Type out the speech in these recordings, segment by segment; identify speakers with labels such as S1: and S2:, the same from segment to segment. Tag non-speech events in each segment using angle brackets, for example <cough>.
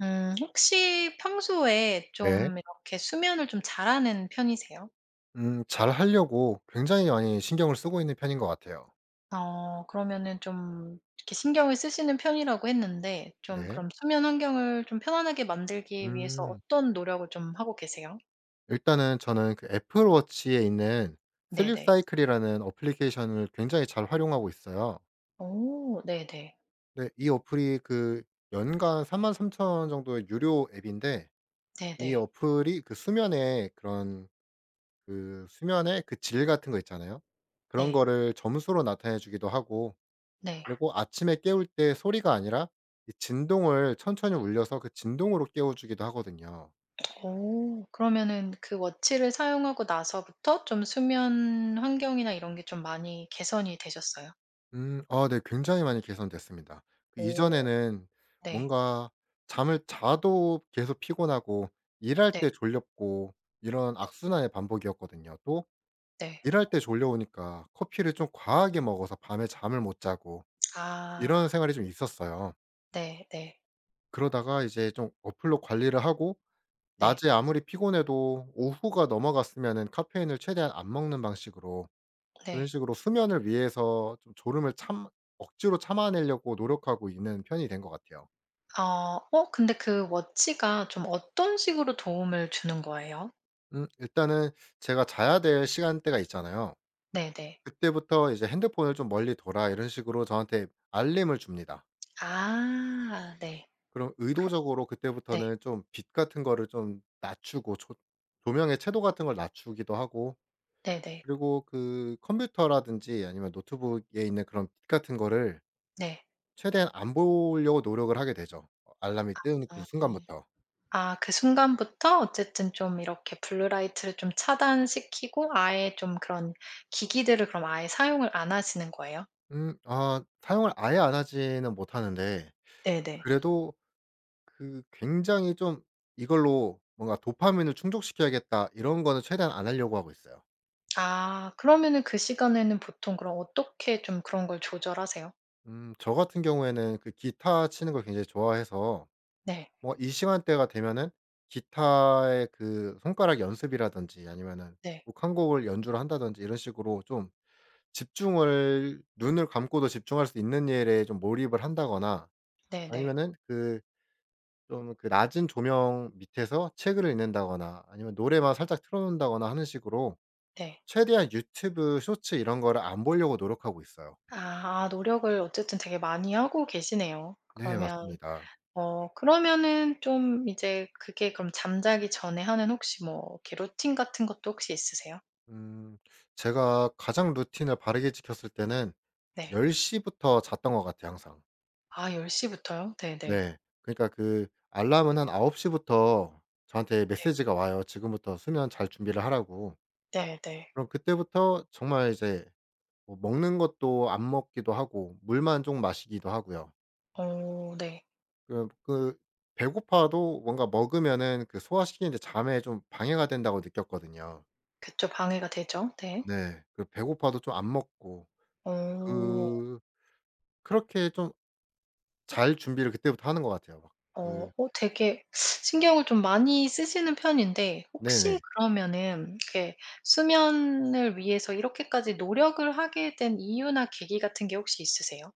S1: 혹시 평소에
S2: 네.
S1: 좀 이렇게 수면을 좀 잘하는 편이세요?
S2: 잘하려고 굉장히 많이 신경을 쓰고 있는 편인 것 같아요.
S1: 어 그러면은 좀 이렇게 신경을 쓰시는 편이라고 했는데 좀
S2: 네.
S1: 그럼 수면 환경을 좀 편안하게 만들기 위해서
S2: 음.
S1: 어떤 노력을 좀 하고 계세요?
S2: 일단은 저는 그 애플 워치에 있는 슬립
S1: 네네.
S2: 사이클이라는 어플리케이션을 굉장히 잘 활용하고 있어요.
S1: 오, 네네.
S2: 네. 이 어플이 그 연간 삼3 삼천 원 정도의 유료 앱인데 이
S1: 네네.
S2: 어플이 그 수면의 그런 그 수면의 그 질 같은 거 있잖아요. 그런
S1: 네.
S2: 거를 점수로 나타내 주기도 하고
S1: 네.
S2: 그리고 아침에 깨울 때 소리가 아니라 이 진동을 천천히 울려서 그 진동으로 깨워 주기도 하거든요.
S1: 오, 그러면은 그 워치를 사용하고 나서부터 좀 수면 환경이나 이런 게 좀 많이 개선이 되셨어요?
S2: 아, 네, 굉장히 많이 개선됐습니다. 그
S1: 오
S2: 이전에는
S1: 네.
S2: 뭔가 잠을 자도 계속 피곤하고 일할
S1: 네.
S2: 때 졸렸고 이런 악순환의 반복이었거든요. 또
S1: 네.
S2: 일할 때 졸려오니까 커피를 좀 과하게 먹어서 밤에 잠을 못 자고 이런
S1: 아.
S2: 생활이 좀 있었어요.
S1: 네 네.
S2: 그러다가 이제 좀 어플로 관리를 하고
S1: 네.
S2: 낮에 아무리 피곤해도 오후가 넘어갔으면은 카페인을 최대한 안 먹는 방식으로 그런
S1: 네.
S2: 식으로 수면을 위해서 좀 졸음을 참 억지로 참아내려고 노력하고 있는 편이 된 것 같아요.
S1: 어 어 근데 그 워치가 좀 어떤 식으로 도움을 주는 거예요?
S2: 일단은 제가 자야 될 시간대가 있잖아요.
S1: 네네.
S2: 그때부터 이제 '핸드폰을 좀 멀리 둬라.' 이런 식으로 저한테 알림을 줍니다.
S1: 아 네.
S2: 그럼
S1: 그렇
S2: 의도적으로
S1: 네.
S2: 그때부터는 좀 빛 같은 거를 좀 낮추고 조 조명의 채도 같은 걸 낮추기도 하고
S1: 네네.
S2: 그리고 그 컴퓨터라든지 아니면 노트북에 있는 그런 빛 같은 거를
S1: 네.
S2: 최대한 안 보려고 노력을 하게 되죠. 알람이 뜬 그
S1: 아. 음.
S2: 순간부터.
S1: 아 그 순간부터 어쨌든 좀 이렇게 블루 라이트를 좀 차단시키고 아예 좀 그런 기기들을 그럼 아예 사용을 안 하시는 거예요?
S2: 아, 사용을 아예 안 하지는 못하는데
S1: 네네.
S2: 그래도 그 굉장히 좀 '이걸로 뭔가 도파민을 충족시켜야겠다.' 이런 거는 최대한 안 하려고 하고 있어요.
S1: 아 그러면은 그 시간에는 보통 그럼 어떻게 좀 그런 걸 조절하세요?
S2: 저 같은 경우에는 그 기타 치는 걸 굉장히 좋아해서
S1: 네.
S2: 뭐 이 시간대가 되면은 기타의 그 손가락 연습이라든지 아니면은
S1: 네.
S2: 곡 한 곡을 연주를 한다든지 이런 식으로 좀 집중을 눈을 감고도 집중할 수 있는 일에 좀 몰입을 한다거나
S1: 네네. 네.
S2: 아니면은 그 좀 그 낮은 조명 밑에서 책을 읽는다거나 아니면 노래만 살짝 틀어 놓는다거나 하는 식으로
S1: 네.
S2: 최대한 유튜브 쇼츠 이런 거를 안 보려고 노력하고 있어요.
S1: 아 노력을 어쨌든 되게 많이 하고 계시네요.
S2: 네,
S1: 그러면
S2: 맞습니다.
S1: 어 그러면은 좀 이제 그게 그럼 잠자기 전에 하는 혹시 뭐 이렇게 루틴 같은 것도 혹시 있으세요?
S2: 음. 제가 가장 루틴을 바르게 지켰을 때는 1
S1: 네.
S2: 0 부터 잤던 것 같아요, 항상.
S1: 아1 0 부터요? 네네.
S2: 네. 그러니까 그 알람은 한9시 부터 저한테
S1: 네.
S2: 메시지가 와요. "지금부터 수면 잘 준비를 하라."고.
S1: 네네.
S2: 그럼 그때부터 정말 이제 뭐 먹는 것도 안 먹기도 하고 물만 좀 마시기도 하고요.
S1: 어 네.
S2: 그 배고파도 뭔가 먹으면은 그 소화시키는데 잠에 좀 방해가 된다고 느꼈거든요.
S1: 그쵸. 방해가 되죠. 네.
S2: 네. 그 배고파도 좀 안 먹고
S1: 어.
S2: 그 그렇게 좀 잘 준비를 그때부터 하는 것 같아요. 막 그.
S1: 어 어 되게 신경을 좀 많이 쓰시는 편인데
S2: 네네.
S1: 혹시 그러면은 이렇게 수면을 위해서 이렇게까지 노력을 하게 된 이유나 계기 같은 게 혹시 있으세요?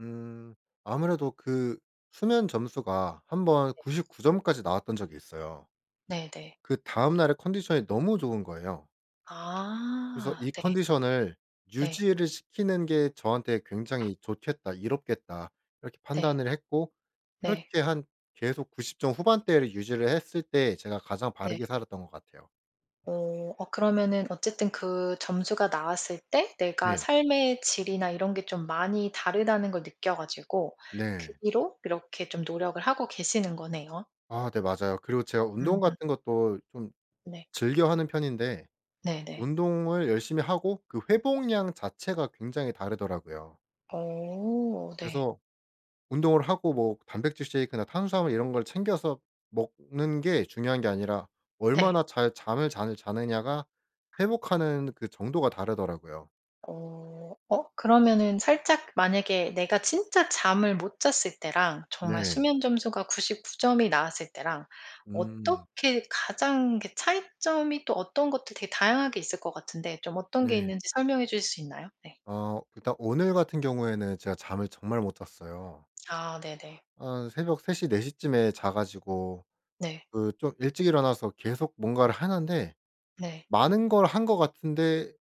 S2: 음 아무래도 그 수면 점수가 한번
S1: 네.
S2: 99 점까지 나왔던 적이 있어요.
S1: 네네.
S2: 그다음 날의 컨디션이 너무 좋은 거예요. 그래서
S1: 아
S2: '이
S1: 네.
S2: 컨디션을
S1: 네.
S2: 유지를 시키는 게 저한테 굉장히 좋겠다. 이롭겠다.' 이렇게
S1: 네.
S2: 판단을 했고
S1: 네.
S2: 그렇게 한 계속 90점 후반대를 유지를 했을 때 제가 가장
S1: 네.
S2: 바르게 살았던 것 같아요.
S1: 어 어 그러면은 어쨌든 그 점수가 나왔을 때 내가
S2: 네.
S1: 삶의 질이나 이런 게 좀 많이 다르다는 걸 느껴 가지고 그
S2: 네.
S1: 뒤로 이렇게 좀 노력을 하고 계시는 거네요.
S2: 아, 네, 맞아요. 그리고 제가 운동
S1: 음
S2: 같은 것도 좀
S1: 네.
S2: 즐겨 하는 편인데
S1: 네네.
S2: 운동을 열심히 하고 그 회복량 자체가 굉장히 다르더라고요.
S1: 어 네.
S2: 그래서 운동을 하고 뭐 단백질 쉐이크나 탄수화물 이런 걸 챙겨서 먹는 게 중요한 게 아니라
S1: 네.
S2: 얼마나 잘 잠을 잘 자느냐가 회복하는 그 정도가 다르더라고요.
S1: 어. 어 그러면은 살짝 만약에 내가 진짜 잠을 못 잤을 때랑 정말
S2: 네.
S1: 수면 점수가 99 점이 나왔을 때랑
S2: 음.
S1: 어떻게 가장 그 차이점이 또 어떤 것도 되게 다양하게 있을 것 같은데 좀 어떤 게
S2: 네.
S1: 있는지 설명해 주실 수 있나요? 네.
S2: 일단 오늘 같은 경우에는 제가 잠을 정말 못 잤어요.
S1: 아 네네.
S2: 한 새벽 3시4시 쯤에 자 가지고
S1: 네.
S2: 그 좀 일찍 일어나서 계속 뭔가를 하는데
S1: 네.
S2: 많은 걸 한 것 같은데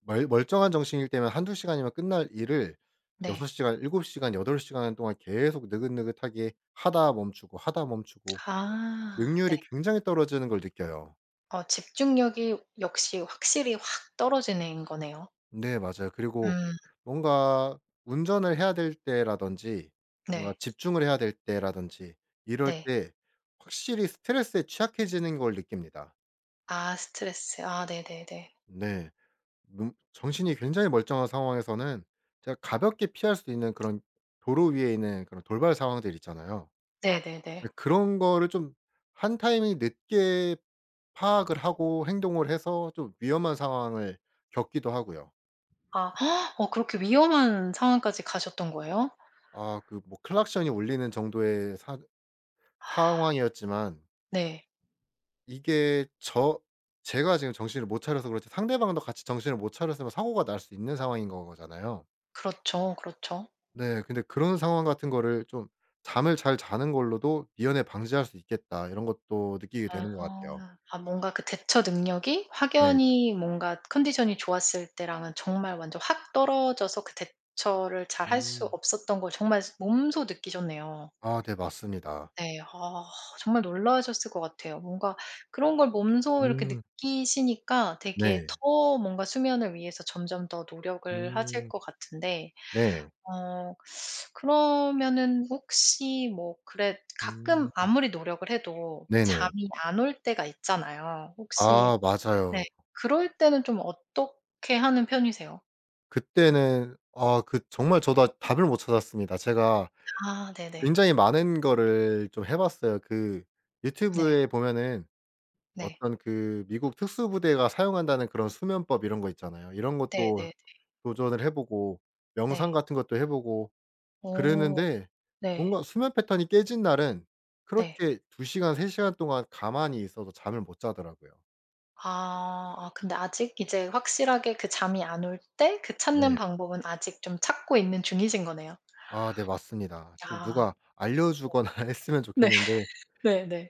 S2: 멀 멀쩡한 정신일 때면 1-2 시간이면 끝날 일을
S1: 네.
S2: 6 시간, 7 시간, 8 시간 동안 계속 느긋느긋하게 하다 멈추고 하다 멈추고
S1: 아 네.
S2: 능률이 굉장히 떨어지는 걸 느껴요.
S1: 어 집중력이 역시 확실히 확 떨어지는 거네요.
S2: 네, 맞아요. 그리고
S1: 음
S2: 뭔가 운전을 해야 될 때라든지 뭔가
S1: 네.
S2: 집중을 해야 될 때라든지 이럴
S1: 네.
S2: 때 확실히 스트레스에 취약해지는 걸 느낍니다.
S1: 아 스트레스. 아 네네네.
S2: 네. 눈 정신이 굉장히 멀쩡한 상황에서는 제가 가볍게 피할 수 있는 그런 도로 위에 있는 그런 돌발 상황들 있잖아요.
S1: 네네네.
S2: 근데 그런 거를 좀 한 타이밍 늦게 파악을 하고 행동을 해서 좀 위험한 상황을 겪기도 하고요.
S1: 아 <gasps> 어 그렇게 위험한 상황까지 가셨던 거예요?
S2: 아, 그 뭐 클락션이 울리는 정도의 사 상황이었지만
S1: 네.
S2: 이게 제가 지금 정신을 못 차려서 그렇지 상대방도 같이 정신을 못 차렸으면 사고가 날 수 있는 상황인 거잖아요.
S1: 그렇죠, 그렇죠.
S2: 네, 근데 그런 상황 같은 거를 좀 '잠을 잘 자는 걸로도 미연에 방지할 수 있겠다.' 이런 것도 느끼게
S1: 아.
S2: 되는 것 같아요.
S1: 아 뭔가 그 대처 능력이
S2: 네.
S1: 확연히 뭔가 컨디션이 좋았을 때랑은 정말 완전 확 떨어져서 그 대처를 잘 할 수
S2: 음.
S1: 없었던 걸 정말 몸소 느끼셨네요.
S2: 아, 네, 맞습니다.
S1: 네. 아 정말 놀라셨을 것 같아요. 뭔가 그런 걸 몸소 이렇게
S2: 음.
S1: 느끼시니까
S2: 네.
S1: 되게 더 뭔가 수면을 위해서 점점 더 노력을 하실
S2: 음.
S1: 것 같은데
S2: 네.
S1: 어 그러면은 혹시 뭐 그래 가끔
S2: 음.
S1: 아무리 노력을 해도
S2: 네네.
S1: 잠이 안 올 때가 있잖아요. 혹시
S2: 아,
S1: 네
S2: 맞아요.
S1: 그럴 때는 좀 어떻게 하는 편이세요?
S2: 그때는 아, 그 정말 저도 아, 답을 못 찾았습니다. 제가
S1: 아 네네.
S2: 굉장히 많은 거를 좀 해 봤어요. 그
S1: 네.
S2: 유튜브에 보면은
S1: 네.
S2: 어떤 그 미국 특수부대가 사용한다는 그런 수면법 이런 거 있잖아요. 이런
S1: 네네
S2: 것도
S1: 네.
S2: 도전을 해 보고 명상 같은 것도 해 보고
S1: 오
S2: 그랬는데
S1: 네.
S2: 뭔가 수면 패턴이 깨진 날은
S1: 네.
S2: 그렇게 2 시간 3 시간 동안 가만히 있어도 잠을 못 자더라고요.
S1: 아. 아 근데 아직 이제 확실하게 그 잠이 안 올 때 그 찾는
S2: 네.
S1: 방법은 아직 좀 찾고 있는 중이신 거네요.
S2: 아, 네, 맞습니다. 좀
S1: 아.
S2: 누가 알려 주거나 <laughs> 했으면
S1: 네.
S2: 좋겠는데
S1: <laughs> 네네.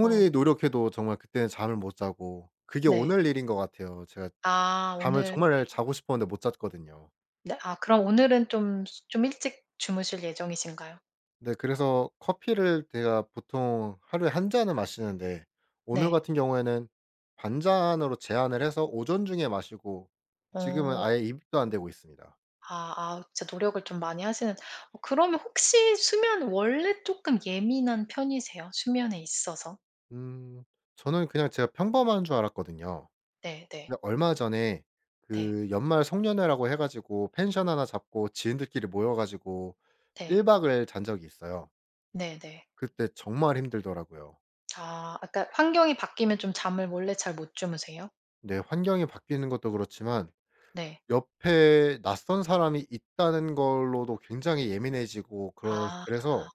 S1: 어
S2: 노력해도 정말 그때는 잠을 못 자고 그게
S1: 네.
S2: 오늘 일인 것 같아요. 제가
S1: 아
S2: 잠을
S1: 오늘
S2: 정말 자고 싶었는데 못 잤거든요.
S1: 네. 아 그럼 오늘은 좀 일찍 주무실 예정이신가요?
S2: 네, 그래서 커피를 제가 보통 하루에 한 잔을 마시는데 오늘
S1: 네.
S2: 같은 경우에는 반 잔으로 제한을 해서 오전 중에 마시고 지금은
S1: 어.
S2: 아예 입도 안 대고 있습니다.
S1: 아 아 진짜 노력을 좀 많이 하시는 어 그러면 혹시 수면 원래 쪼끔 예민한 편이세요? 수면에 있어서?
S2: 음 저는 그냥 제가 평범한 줄 알았거든요.
S1: 네 네.
S2: 근데 얼마 전에
S1: 네.
S2: 그 연말 송년회라고 해 가지고 펜션 하나 잡고 지인들끼리 모여 가지고 1
S1: 네.
S2: 박을 잔 적이 있어요.
S1: 네네.
S2: 그때 정말 힘들더라고요.
S1: 아 그러니까 환경이 바뀌면 좀 잠을 원래 잘 못 주무세요?
S2: 네, 환경이 바뀌는 것도 그렇지만
S1: 네.
S2: 옆에 낯선 사람이 있다는 걸로도 굉장히 예민해지고
S1: 아.
S2: 그러
S1: 아,
S2: 그래서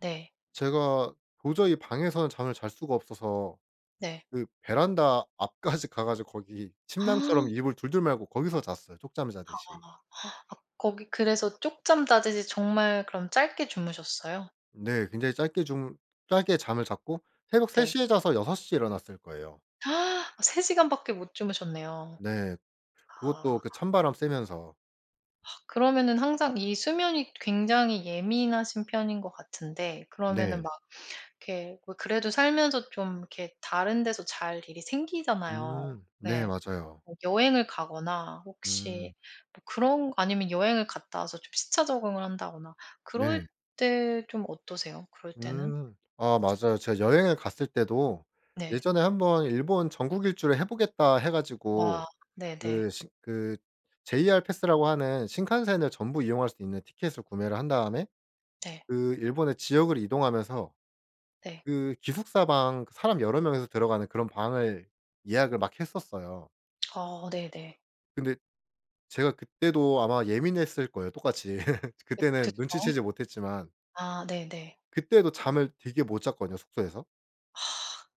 S1: 네.
S2: 제가 도저히 방에서는 잠을 잘 수가 없어서
S1: 네.
S2: 그 베란다 앞까지 가 가지고 거기
S1: 아.
S2: 침낭처럼 이불 둘둘 말고 거기서 잤어요, 쪽잠 자듯이.
S1: 아 거기 그래서 쪽잠 자듯이 정말 그럼 짧게 주무셨어요?
S2: 네. 굉장히 짧게 좀 짧게 잠을 잤고 새벽 3
S1: 네.
S2: 시에 자서 6 시에 일어났을 거예요.
S1: 아 3 시간밖에 못 주무셨네요.
S2: 네.
S1: 아
S2: 그것도 그 찬바람 쐬면서.
S1: 그러면은 항상 이 수면이 굉장히 예민하신 편인 것 같은데 그러면은
S2: 네.
S1: 막 이렇게 뭐 그래도 살면서 좀 이렇게 다른 데서 잘 일이 생기잖아요.
S2: 음. 네.
S1: 네.
S2: 맞아요.
S1: 뭐 여행을 가거나 혹시
S2: 음.
S1: 뭐 그런 아니면 여행을 갔다 와서 좀 시차 적응을 한다거나
S2: 네.
S1: 그럴 때 좀 어떠세요? 그럴 때는?
S2: 음. 아, 맞아요. 제가 여행을 갔을 때도
S1: 네.
S2: 예전에 한번 일본 전국 일주를 해 보겠다 해
S1: 와
S2: 가지고
S1: 네네. 네.
S2: 그 신 그 JR 패스라고 하는 신칸센을 전부 이용할 수 있는 티켓을 구매를 한 다음에
S1: 네.
S2: 그 일본의 지역을 이동하면서
S1: 네.
S2: 그 기숙사 방 사람 여러 명이서 들어가는 그런 방을 예약을 막 했었어요.
S1: 어 네네.
S2: 근데 제가 그때도 아마 예민했을 거예요 똑같이. <laughs> 그때는
S1: 그쵸.
S2: 눈치채지 못했지만
S1: 아 네네.
S2: 그때도 잠을 되게 못 잤거든요 숙소에서.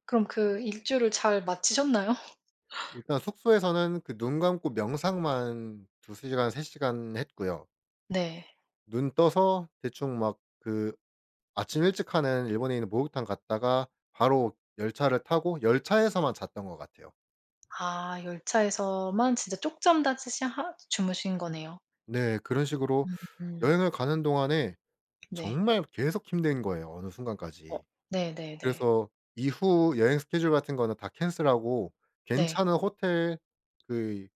S1: 그럼 그 일주를 잘 마치셨나요?
S2: 일단 숙소에서는 그 눈 감고 명상만 2세 시간 3 시간 했고요.
S1: 네.
S2: 눈 떠서 대충 막 그 아침 일찍 하는 일본에 있는 목욕탕 갔다가 바로 열차를 타고 열차에서만 잤던 것 같아요.
S1: 아 열차에서만 진짜 쪽잠다시시 하 주무신 거네요.
S2: 네, 그런 식으로
S1: 음음.
S2: 여행을 가는 동안에
S1: 네.
S2: 정말 계속 힘든 거예요 어느
S1: 어
S2: 순간까지.
S1: 네네네.
S2: 그래서 이후 여행 스케줄 같은 거는 다 캔슬하고
S1: 네.
S2: 괜찮은 호텔 그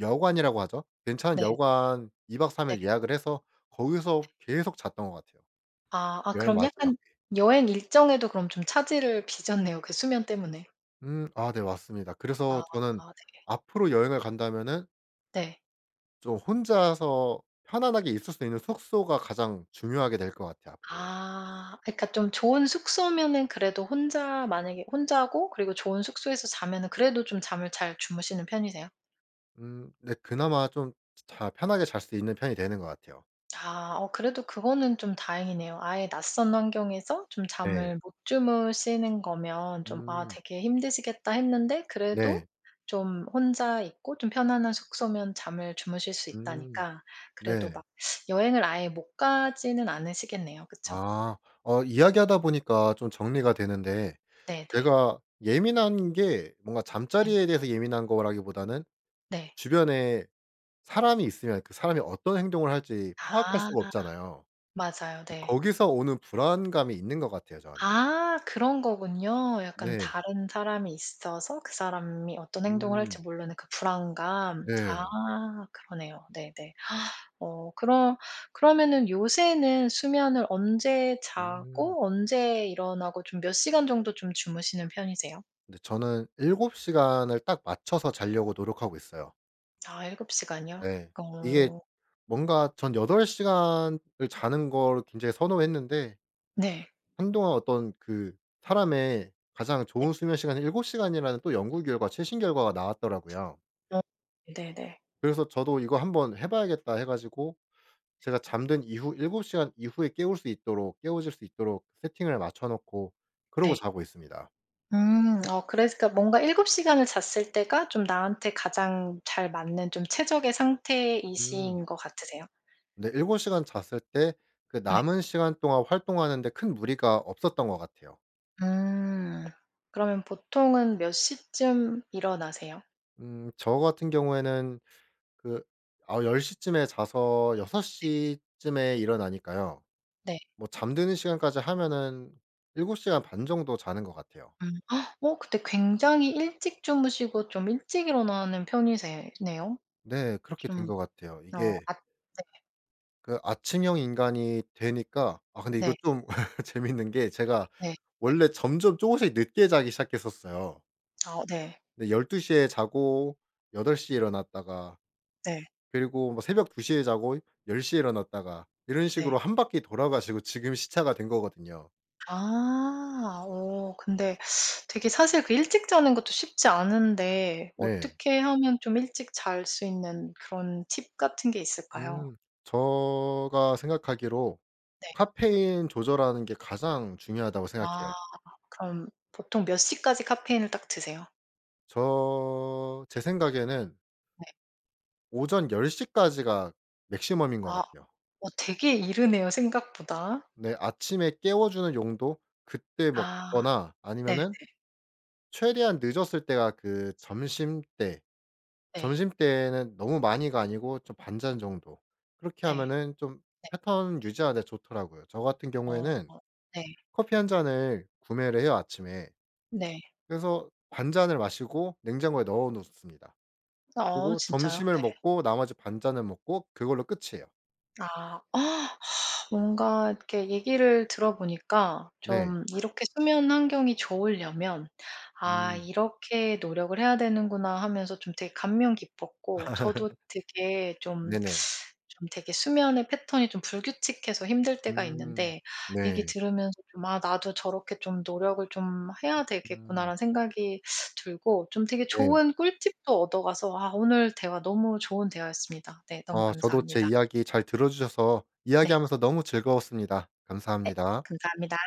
S2: 여관이라고 하죠. 괜찮은
S1: 네.
S2: 여관 2박 3
S1: 네.
S2: 일 예약을 해서 거기서 계속 잤던 것 같아요
S1: 아 아
S2: 여행
S1: 그럼 약간
S2: 마지막에.
S1: 여행 일정에도 그럼 좀 차질을 빚었네요, 그 수면 때문에.
S2: 아, 네, 맞습니다.
S1: 아
S2: 그래서 저는
S1: 네.
S2: 앞으로 여행을 간다면은
S1: 네.
S2: 좀 혼자서 편안하게 있을 수 있는 숙소가 가장 중요하게 될 것 같아요 앞으로.
S1: 아 그러니까 좀 좋은 숙소면은 그래도 혼자 만약에 혼자고 그리고 좋은 숙소에서 자면은 그래도 좀 잠을 잘 주무시는 편이세요?
S2: 네, 그나마 좀 자 편하게 잘 수 있는 편이 되는 것 같아요.
S1: 아 어 그래도 그거는 좀 다행이네요. 아예 낯선 환경에서 좀
S2: 네.
S1: 잠을 못 주무시는 거면 좀 '아
S2: 음.
S1: 되게 힘드시겠다.' 했는데 그래도
S2: 네.
S1: 좀 혼자 있고 좀 편안한 숙소면 잠을 주무실 수
S2: 음.
S1: 있다니까 그래도
S2: 네.
S1: 막 여행을 아예 못 가지는 않으시겠네요. 그쵸?
S2: 아. 이야기하다 보니까 좀 정리가 되는데
S1: 네네.
S2: 제가 예민한 게 뭔가
S1: 예. 네.
S2: 잠자리에 대해서 예민한 거라기보다는
S1: 네.
S2: 주변에 사람이 있으면 그 사람이 어떤 행동을 할지 파악할 수가
S1: 아
S2: 없잖아요.
S1: 맞아요. 네.
S2: 거기서 오는 불안감이 있는 것 같아요 저한테.
S1: 아 그런 거군요. 약간
S2: 네.
S1: 다른 사람이 있어서 그 사람이 어떤 행동을
S2: 음.
S1: 할지 모르는 그 불안감. 아
S2: 네.
S1: 그러네요. 네네. 어 그럼 그러면은 요새는 수면을 언제
S2: 음.
S1: 자고 언제 일어나고 좀 몇 시간 정도 좀 주무시는 편이세요?
S2: 근데 저는 7 시간을 딱 맞춰서 자려고 노력하고 있어요.
S1: 아 7 시간이요?
S2: 네. 이게
S1: 어
S2: 뭔가 전 8 시간을 자는 걸 굉장히 선호했는데
S1: 네.
S2: 한동안 어떤 그 사람의 가장
S1: 네.
S2: 좋은 수면 시간일7 시간이라는 또 연구 결과 최신 결과가 나왔더라고요.
S1: 어 네네.
S2: 그래서 저도 '이거 한번 해 봐야겠다.' 해 가지고 제가 잠든 이후 7 시간 이후에 깨울 수 있도록 깨워질 수 있도록 세팅을 맞춰 놓고 그러고
S1: 네.
S2: 자고 있습니다.
S1: 음. 어 그러니까 뭔가 7 시간을 잤을 때가 좀 나한테 가장 잘 맞는 좀 최적의
S2: 음.
S1: 상태이신 것 같으세요?
S2: 일7 시간 잤을 때 그
S1: 네.
S2: 남은 시간 동안 활동하는 데 큰 무리가 없었던 것 같아요.
S1: 음. 그러면 보통은 몇 시쯤 일어나세요?
S2: 저 같은 경우에는 그 아, 10 시쯤에 자서 6 시쯤에 일어나니까요.
S1: 네.
S2: 뭐 잠드는 시간까지 하면은 7 시간 반 정도 자는 것 같아요.
S1: 음. 헉, 어 근데 굉장히 일찍 주무시고 좀 일찍 일어나는 편이세네요.
S2: 네. 그렇게 된
S1: 좀
S2: 것 같아요.
S1: 어
S2: 이게
S1: 아 네.
S2: 그 아침형 인간이 되니까 아, 근데 이거
S1: 네.
S2: 좀 <laughs> 재밌는 게 제가
S1: 네. 네.
S2: 원래 점점 쪼금씩 늦게 자기 시작했었어요.
S1: 어, 네.
S2: 근데 12 시에 자고 8 시에 일어났다가
S1: 네.
S2: 그리고 뭐 새벽 2 시에 자고 10 시에 일어났다가 이런
S1: 네.
S2: 식으로 한 바퀴 돌아 가지고 지금 시차가 된 거거든요.
S1: 아. 어 근데 되게 사실 그 일찍 자는 것도 쉽지 않은데
S2: 네.
S1: 어떻게 하면 좀 일찍 잘 수 있는 그런 팁 같은 게 있을까요?
S2: 음. 제가 생각하기로
S1: 네.
S2: 카페인 조절하는 게 가장 중요하다고
S1: 아
S2: 생각해요.
S1: 그럼 보통 몇 시까지 카페인을 딱 드세요?
S2: 제 생각에는
S1: 네.
S2: 오전 10시 까지가 맥시멈인 것
S1: 아
S2: 같아요.
S1: 어 되게 이르네요 생각보다.
S2: 네, 아침에 깨워주는 용도 그때
S1: 아
S2: 먹거나 아니면은
S1: 네
S2: 최대한 늦었을 때가 그 점심때,
S1: 네
S2: 점심때에는 너무 많이가 아니고 좀 반잔 정도. 그렇게
S1: 네
S2: 하면은 좀
S1: 네.
S2: 패턴 유지하는 데 좋더라고요. 저 같은
S1: 어
S2: 경우에는
S1: 네.
S2: 커피 한 잔을 구매를 해요 아침에.
S1: 네.
S2: 그래서 반잔을 마시고 냉장고에 넣어 놓습니다.
S1: 어
S2: 그리고
S1: 진짜요?
S2: 점심을
S1: 네.
S2: 먹고 나머지 반잔을 먹고 그걸로 끝이에요.
S1: 아. 어, 뭔가 이렇게 얘기를 들어보니까
S2: 네.
S1: 좀 이렇게 수면 환경이 좋으려면 '아
S2: 음.
S1: 이렇게 노력을 해야 되는구나.' 하면서 좀 되게 감명 깊었고 저도 되게 좀
S2: 네네.
S1: 좀 되게 수면의 패턴이 좀 불규칙해서 힘들 때가
S2: 음.
S1: 있는데 얘기
S2: 네.
S1: 들으면서 좀 '아 나도 저렇게 좀 노력을 좀 해야
S2: 음.
S1: 되겠구나.'라는 생각이 들고 좀 되게
S2: 네.
S1: 좋은 꿀팁도 얻어 가서 아 오늘 대화 너무 좋은 대화였습니다. 네 너무
S2: 저도 제
S1: 감사합니다.
S2: 이야기 잘 들어 주셔서
S1: 네.
S2: 이야기하면서 너무 즐거웠습니다. 감사합니다.
S1: 감사합니다.